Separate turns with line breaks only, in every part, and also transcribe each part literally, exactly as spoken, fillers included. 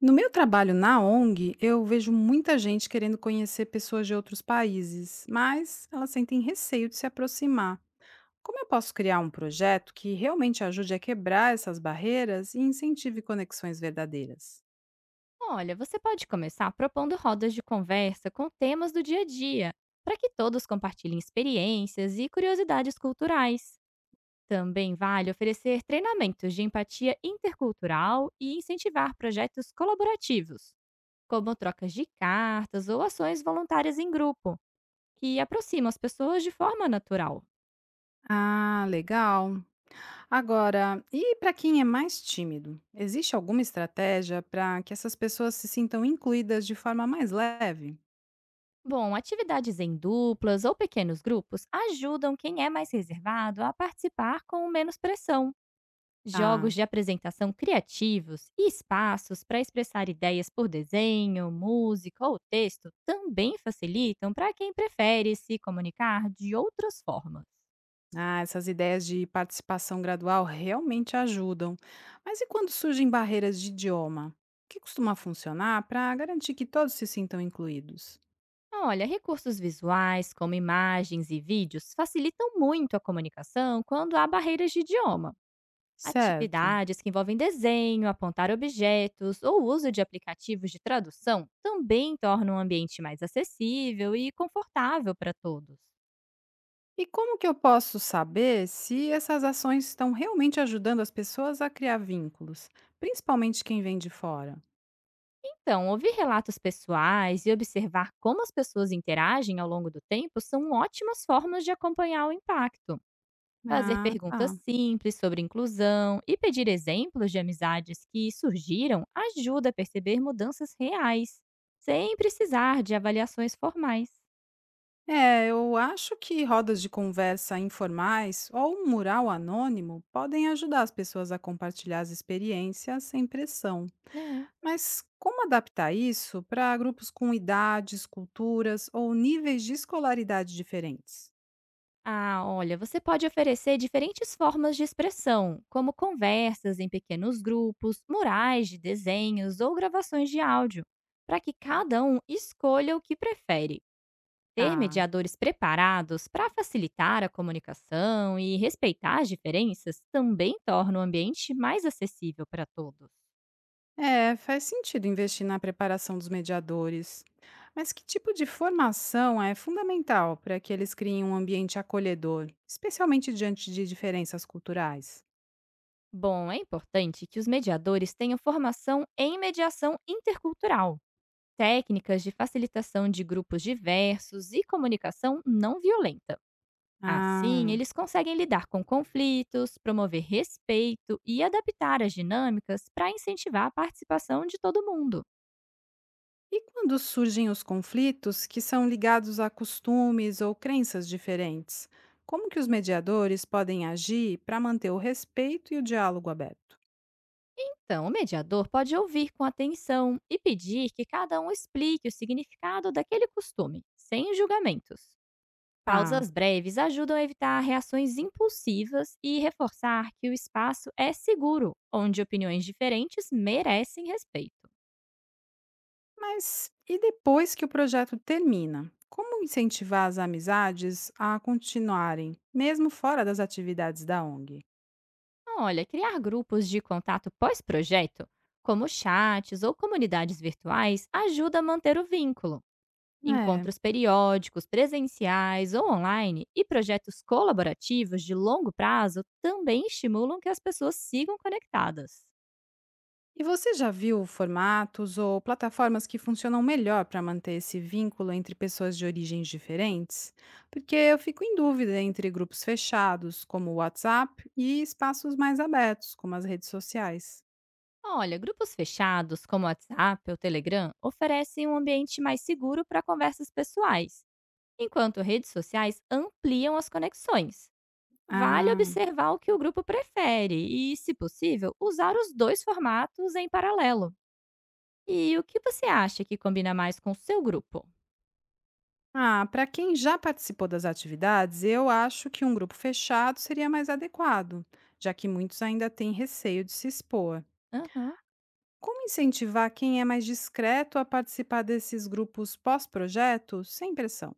No meu trabalho na O N G, eu vejo muita gente querendo conhecer pessoas de outros países, mas elas sentem receio de se aproximar. Como eu posso criar um projeto que realmente ajude a quebrar essas barreiras e incentive conexões verdadeiras?
Olha, você pode começar propondo rodas de conversa com temas do dia a dia, para que todos compartilhem experiências e curiosidades culturais. Também vale oferecer treinamentos de empatia intercultural e incentivar projetos colaborativos, como trocas de cartas ou ações voluntárias em grupo, que aproximam as pessoas de forma natural.
Ah, legal. Agora, e para quem é mais tímido? Existe alguma estratégia para que essas pessoas se sintam incluídas de forma mais leve?
Bom, atividades em duplas ou pequenos grupos ajudam quem é mais reservado a participar com menos pressão. Jogos
Ah,
de apresentação criativos e espaços para expressar ideias por desenho, música ou texto também facilitam para quem prefere se comunicar de outras formas.
Ah, essas ideias de participação gradual realmente ajudam. Mas e quando surgem barreiras de idioma? O que costuma funcionar para garantir que todos se sintam incluídos?
Olha, recursos visuais, como imagens e vídeos, facilitam muito a comunicação quando há barreiras de idioma.
Certo.
Atividades que envolvem desenho, apontar objetos ou uso de aplicativos de tradução também tornam o ambiente mais acessível e confortável para todos.
E como que eu posso saber se essas ações estão realmente ajudando as pessoas a criar vínculos, principalmente quem vem de fora?
Então, ouvir relatos pessoais e observar como as pessoas interagem ao longo do tempo são ótimas formas de acompanhar o impacto. Fazer
Ah,
perguntas
tá.
simples sobre inclusão e pedir exemplos de amizades que surgiram ajuda a perceber mudanças reais, sem precisar de avaliações formais.
É, eu acho que rodas de conversa informais ou um mural anônimo podem ajudar as pessoas a compartilhar as experiências sem pressão.
É.
Mas como adaptar isso para grupos com idades, culturas ou níveis de escolaridade diferentes?
Ah, olha, você pode oferecer diferentes formas de expressão, como conversas em pequenos grupos, murais de desenhos ou gravações de áudio, para que cada um escolha o que prefere. Ter
Ah,
mediadores preparados para facilitar a comunicação e respeitar as diferenças também torna o ambiente mais acessível para todos.
é, faz sentido investir na preparação dos mediadores. Mas que tipo de formação é fundamental para que eles criem um ambiente acolhedor, especialmente diante de diferenças culturais?
Bom, é importante que os mediadores tenham formação em mediação intercultural, técnicas de facilitação de grupos diversos e comunicação não violenta. Assim,
Ah.
eles conseguem lidar com conflitos, promover respeito e adaptar as dinâmicas para incentivar a participação de todo mundo.
E quando surgem os conflitos que são ligados a costumes ou crenças diferentes, como que os mediadores podem agir para manter o respeito e o diálogo aberto?
Então, o mediador pode ouvir com atenção e pedir que cada um explique o significado daquele costume, sem julgamentos.
Ah,
Pausas breves ajudam a evitar reações impulsivas e reforçar que o espaço é seguro, onde opiniões diferentes merecem respeito.
mas e depois que o projeto termina? Como incentivar as amizades a continuarem, mesmo fora das atividades da O N G?
Olha, criar grupos de contato pós-projeto, como chats ou comunidades virtuais, ajuda a manter o vínculo.
É.
Encontros periódicos, presenciais ou online, e projetos colaborativos de longo prazo também estimulam que as pessoas sigam conectadas.
E você já viu formatos ou plataformas que funcionam melhor para manter esse vínculo entre pessoas de origens diferentes? Porque eu fico em dúvida entre grupos fechados, como o WhatsApp, e espaços mais abertos, como as redes sociais.
Olha, grupos fechados, como o WhatsApp ou Telegram, oferecem um ambiente mais seguro para conversas pessoais, enquanto redes sociais ampliam as conexões. Vale
Ah,
observar o que o grupo prefere e, se possível, usar os dois formatos em paralelo. E o que você acha que combina mais com o seu grupo?
ah para quem já participou das atividades, eu acho que um grupo fechado seria mais adequado, já que muitos ainda têm receio de se expor.
Aham.
Como incentivar quem é mais discreto a participar desses grupos pós-projeto sem pressão?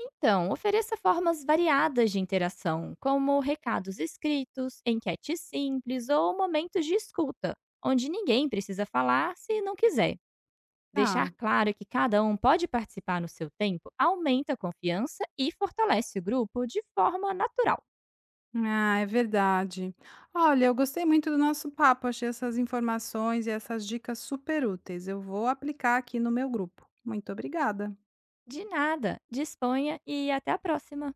Então, ofereça formas variadas de interação, como recados escritos, enquetes simples ou momentos de escuta, onde ninguém precisa falar se não quiser. Deixar
Tá.
claro que cada um pode participar no seu tempo aumenta a confiança e fortalece o grupo de forma natural.
Ah, é verdade. Olha, eu gostei muito do nosso papo, achei essas informações e essas dicas super úteis. Eu vou aplicar aqui no meu grupo. Muito obrigada.
De nada, disponha e até a próxima.